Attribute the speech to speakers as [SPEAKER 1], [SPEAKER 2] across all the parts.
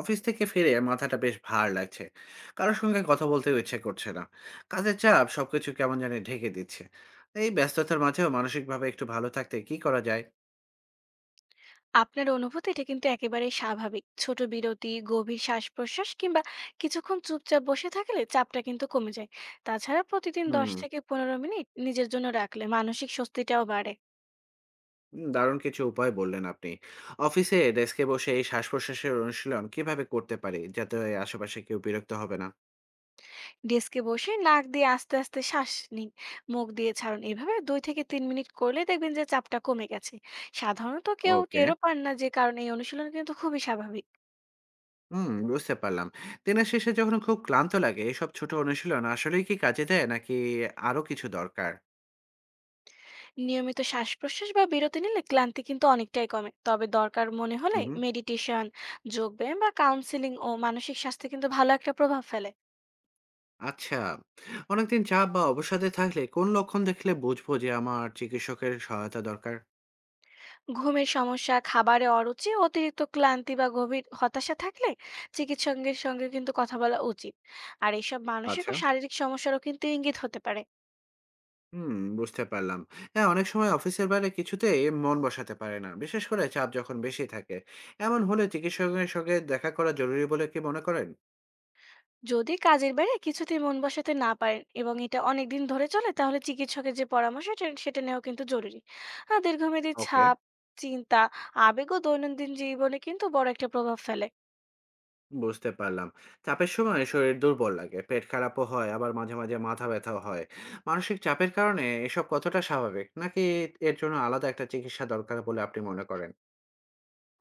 [SPEAKER 1] Office থেকে ফিরে মাথাটা বেশ ভার লাগছে। কারোর সঙ্গে কথা বলতেও ইচ্ছে করছে না। কাজের চাপ সবকিছু কেমন জানি ঢেকে দিচ্ছে। এই ব্যস্ততার মাঝেও মানসিকভাবে একটু ভালো থাকতে কি করা যায়?
[SPEAKER 2] আপনার অনুভূতি এটা কিন্তু একেবারেই স্বাভাবিক। ছোট বিরতি, গভীর শ্বাস-প্রশ্বাস কিংবা কিছুক্ষণ চুপচাপ বসে থাকলে চাপটা কিন্তু কমে যায়। তাছাড়া প্রতিদিন 10
[SPEAKER 1] হুম।
[SPEAKER 2] থেকে 15 মিনিট নিজের জন্য রাখলে মানসিক স্বস্তিটাও বাড়ে।
[SPEAKER 1] দারুণ কিছু উপায় বললেন আপনি। অফিসে ডেস্কে বসে এই শ্বাস প্রশ্বাসের অনুশীলন কিভাবে করতে পারি যাতে আশেপাশে কেউ বিরক্ত হবে না?
[SPEAKER 2] ডেস্কে বসে নাক দিয়ে আস্তে, আস্তে শ্বাস নিন, মুখ দিয়ে ছাড়ুন। এভাবে 2 থেকে 3 মিনিট করলেই দেখবেন যে চাপটা কমে গেছে। সাধারণত কেউ
[SPEAKER 1] ওকে।
[SPEAKER 2] টেরও পান না যে কারণে এই অনুশীলন কিন্তু খুবই স্বাভাবিক।
[SPEAKER 1] হুম, বুঝতে পারলাম। দিনের শেষে যখন খুব ক্লান্ত লাগে এসব ছোট অনুশীলন আসলেই কি কাজে দেয়, নাকি আরো কিছু দরকার?
[SPEAKER 2] নিয়মিত শ্বাস প্রশ্বাস বা বিরতি নিলে ক্লান্তি কিন্তু অনেকটাই কমে তবে দরকার মনে হলে
[SPEAKER 1] হুম।
[SPEAKER 2] মেডিটেশন যোগব্যায়াম বা কাউন্সিলিং ও মানসিক স্বাস্থ্যে কিন্তু ভালো একটা প্রভাব ফেলে।
[SPEAKER 1] আচ্ছা। অনেকদিন চাপ বা অবসাদে থাকলে কোন লক্ষণ দেখলে বুঝবো যে আমার চিকিৎসকের সহায়তা দরকার?
[SPEAKER 2] ঘুমের সমস্যা খাবারে অরুচি অতিরিক্ত ক্লান্তি বা গভীর হতাশা থাকলে চিকিৎসকের সঙ্গে কিন্তু কথা বলা উচিত। আর এইসব মানসিক ও
[SPEAKER 1] আচ্ছা।
[SPEAKER 2] শারীরিক সমস্যারও কিন্তু ইঙ্গিত হতে পারে।
[SPEAKER 1] হুম, বুঝতে পারলাম। হ্যাঁ, অনেক সময় অফিসের বাইরে কিছুতেই মন বসাতে পারে না, বিশেষ করে চাপ যখন বেশি থাকে। এমন হলে চিকিৎসকের সঙ্গে দেখা করা জরুরি বলে কি মনে করেন?
[SPEAKER 2] যদি কাজের বাইরে কিছুতেই মন বসাতে না পারেন এবং এটা অনেক দিন ধরে চলে তাহলে চিকিৎসকের যে পরামর্শ সেটা সেটা নেওয়া কিন্তু জরুরি। আর দীর্ঘমেয়াদী
[SPEAKER 1] ওকে,
[SPEAKER 2] ছাপ চিন্তা আবেগ ও দৈনন্দিন জীবনে কিন্তু বড় একটা প্রভাব ফেলে।
[SPEAKER 1] বুঝতে পারলাম। চাপের সময় শরীর দুর্বল লাগে, পেট খারাপও হয়, আবার মাঝে মাঝে মাথা ব্যথাও হয়। মানসিক চাপের কারণে এসব কতটা স্বাভাবিক? নাকি এর জন্য আলাদা একটা চিকিৎসা দরকার বলে আপনি মনে করেন?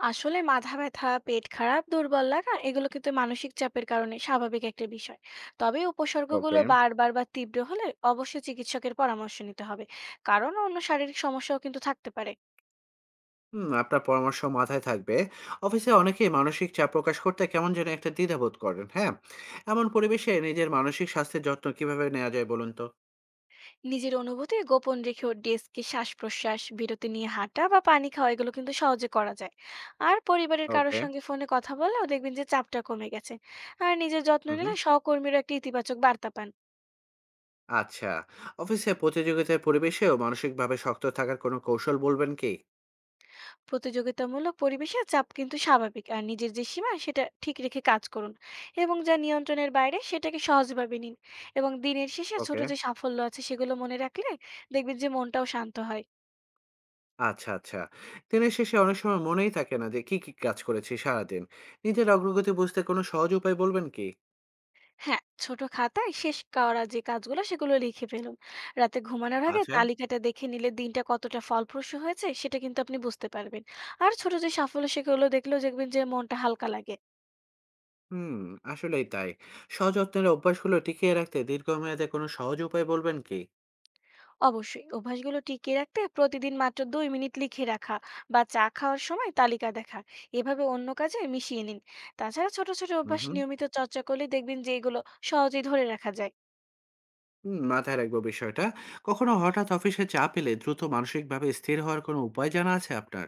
[SPEAKER 2] আসলে মাথা ব্যথা পেট খারাপ দুর্বল লাগা এগুলো কিন্তু মানসিক চাপের কারণে স্বাভাবিক একটা বিষয়। তবে উপসর্গগুলো
[SPEAKER 1] ওকে।
[SPEAKER 2] বারবার বা তীব্র হলে অবশ্যই চিকিৎসকের পরামর্শ নিতে হবে। কারণ অন্য শারীরিক সমস্যাও কিন্তু থাকতে পারে।
[SPEAKER 1] হুম, আপনার পরামর্শ মাথায় থাকবে। অফিসে অনেকেই মানসিক চাপ প্রকাশ করতে কেমন যেন একটা দ্বিধাবোধ করেন, হ্যাঁ? এমন পরিবেশে নিজের মানসিক স্বাস্থ্যের যত্ন কিভাবে নেওয়া যায় বলুন তো?
[SPEAKER 2] নিজের অনুভূতি গোপন রেখে ওর ডেস্কে শ্বাস প্রশ্বাস বিরতি নিয়ে হাঁটা বা পানি খাওয়া এগুলো কিন্তু সহজে করা যায়। আর পরিবারের কারোর
[SPEAKER 1] ওকে।
[SPEAKER 2] সঙ্গে ফোনে কথা বললেও দেখবেন যে চাপটা কমে গেছে। আর নিজের যত্ন
[SPEAKER 1] হুম,
[SPEAKER 2] নিলে
[SPEAKER 1] হুম।
[SPEAKER 2] সহকর্মীরা একটা ইতিবাচক বার্তা পান।
[SPEAKER 1] আচ্ছা। অফিসে প্রতিযোগিতার পরিবেশেও মানসিকভাবে শক্ত থাকার কোনো কৌশল বলবেন কি?
[SPEAKER 2] প্রতিযোগিতামূলক পরিবেশে চাপ কিন্তু স্বাভাবিক আর নিজের যে সীমা সেটা ঠিক রেখে কাজ করুন এবং যা নিয়ন্ত্রণের বাইরে সেটাকে সহজভাবে নিন। এবং দিনের শেষে ছোট
[SPEAKER 1] ওকে।
[SPEAKER 2] যে সাফল্য আছে সেগুলো মনে রাখলে দেখবেন যে মনটাও শান্ত হয়।
[SPEAKER 1] আচ্ছা, আচ্ছা। দিনের শেষে অনেক সময় মনেই থাকে না যে কি কি কাজ করেছি সারাদিন। নিজের অগ্রগতি বুঝতে কোনো সহজ উপায় বলবেন কি?
[SPEAKER 2] হ্যাঁ, ছোট খাতায় শেষ করা যে কাজগুলো সেগুলো লিখে ফেলুন। রাতে ঘুমানোর আগে
[SPEAKER 1] আচ্ছা।
[SPEAKER 2] তালিকাটা দেখে নিলে দিনটা কতটা ফলপ্রসূ হয়েছে সেটা কিন্তু আপনি বুঝতে পারবেন। আর ছোট যে সাফল্য সেগুলো দেখলেও দেখবেন যে মনটা হালকা লাগে।
[SPEAKER 1] হুম, আসলেই তাই। সযত্নের অভ্যাসগুলো টিকিয়ে রাখতে দীর্ঘমেয়াদে কোনো সহজ উপায় বলবেন কি?
[SPEAKER 2] অবশ্যই অভ্যাসগুলো টিকিয়ে রাখতে প্রতিদিন মাত্র ২ মিনিট লিখে রাখা বা চা খাওয়ার সময় তালিকা দেখা। এভাবে অন্য কাজে মিশিয়ে নিন। তাছাড়া ছোট, ছোট
[SPEAKER 1] উহু,
[SPEAKER 2] অভ্যাস
[SPEAKER 1] হুম,
[SPEAKER 2] নিয়মিত চর্চা করলে দেখবেন যে এগুলো সহজেই ধরে রাখা যায়।
[SPEAKER 1] হুম, মাথায় রাখবো বিষয়টা। কখনো হঠাৎ অফিসে চাপ এলে দ্রুত মানসিকভাবে স্থির হওয়ার কোনো উপায় জানা আছে আপনার?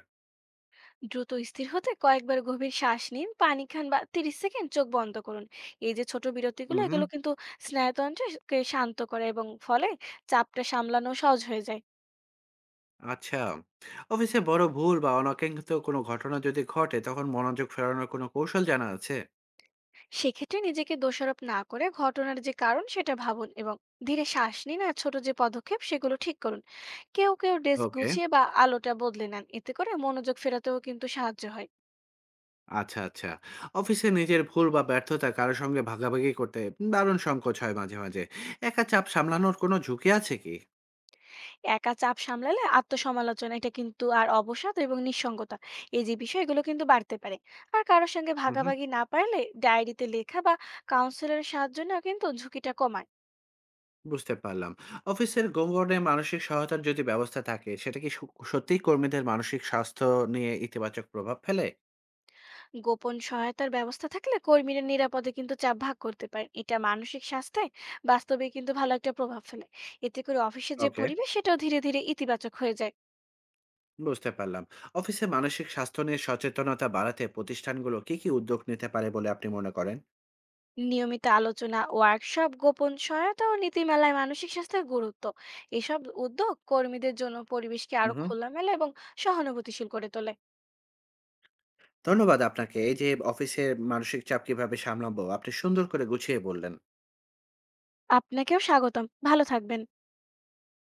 [SPEAKER 2] দ্রুত স্থির হতে কয়েকবার গভীর শ্বাস নিন পানি খান বা 30 সেকেন্ড চোখ বন্ধ করুন। এই যে ছোট বিরতিগুলো
[SPEAKER 1] উহু,
[SPEAKER 2] এগুলো কিন্তু স্নায়ুতন্ত্রকে শান্ত করে এবং ফলে চাপটা সামলানো সহজ হয়ে যায়।
[SPEAKER 1] আচ্ছা। অফিসে বড় ভুল বা অনাকাঙ্ক্ষিত কোনো ঘটনা যদি ঘটে তখন মনোযোগ ফেরানোর কোনো কৌশল জানা আছে?
[SPEAKER 2] সেক্ষেত্রে নিজেকে দোষারোপ না করে ঘটনার যে কারণ সেটা ভাবুন এবং ধীরে শ্বাস নিন আর ছোট যে পদক্ষেপ সেগুলো ঠিক করুন। কেউ কেউ ডেস্ক
[SPEAKER 1] ওকে,
[SPEAKER 2] গুছিয়ে বা আলোটা বদলে নেন এতে করে মনোযোগ ফেরাতেও কিন্তু সাহায্য হয়।
[SPEAKER 1] আচ্ছা, আচ্ছা। অফিসে নিজের ভুল বা ব্যর্থতা কারো সঙ্গে ভাগাভাগি করতে দারুণ সংকোচ হয় মাঝে মাঝে। একা চাপ সামলানোর কোনো ঝুঁকি আছে কি?
[SPEAKER 2] একা চাপ সামলালে আত্মসমালোচনা এটা কিন্তু আর অবসাদ এবং নিঃসঙ্গতা এই যে বিষয় এগুলো কিন্তু বাড়তে পারে। আর কারোর সঙ্গে
[SPEAKER 1] উহু।
[SPEAKER 2] ভাগাভাগি না পারলে ডায়েরিতে লেখা বা কাউন্সিলরের সাহায্য নেওয়া কিন্তু ঝুঁকিটা কমায়।
[SPEAKER 1] বুঝতে পারলাম। অফিসের গংগনে মানসিক সহায়তার যদি ব্যবস্থা থাকে, সেটা কি সু সত্যিই কর্মীদের মানসিক স্বাস্থ্য নিয়ে ইতিবাচক প্রভাব ফেলে?
[SPEAKER 2] গোপন সহায়তার ব্যবস্থা থাকলে কর্মীরা নিরাপদে কিন্তু চাপ ভাগ করতে পারেন এটা মানসিক স্বাস্থ্যে বাস্তবে কিন্তু ভালো একটা প্রভাব ফেলে। এতে করে অফিসের যে
[SPEAKER 1] ওকে।
[SPEAKER 2] পরিবেশ সেটাও ধীরে ধীরে ইতিবাচক হয়ে যায়।
[SPEAKER 1] বুঝতে পারলাম। অফিসে মানসিক স্বাস্থ্য নিয়ে সচেতনতা বাড়াতে প্রতিষ্ঠানগুলো কি কি উদ্যোগ নিতে পারে বলে আপনি মনে করেন?
[SPEAKER 2] নিয়মিত আলোচনা ওয়ার্কশপ গোপন সহায়তা ও নীতিমেলায় মানসিক স্বাস্থ্যের গুরুত্ব এসব উদ্যোগ কর্মীদের জন্য পরিবেশকে
[SPEAKER 1] হুম,
[SPEAKER 2] আরো
[SPEAKER 1] হুম।
[SPEAKER 2] খোলামেলা এবং সহানুভূতিশীল করে তোলে।
[SPEAKER 1] ধন্যবাদ আপনাকে। এই যে অফিসের মানসিক চাপ কিভাবে সামলাবো, আপনি সুন্দর করে গুছিয়ে বললেন।
[SPEAKER 2] আপনাকেও স্বাগতম ভালো থাকবেন।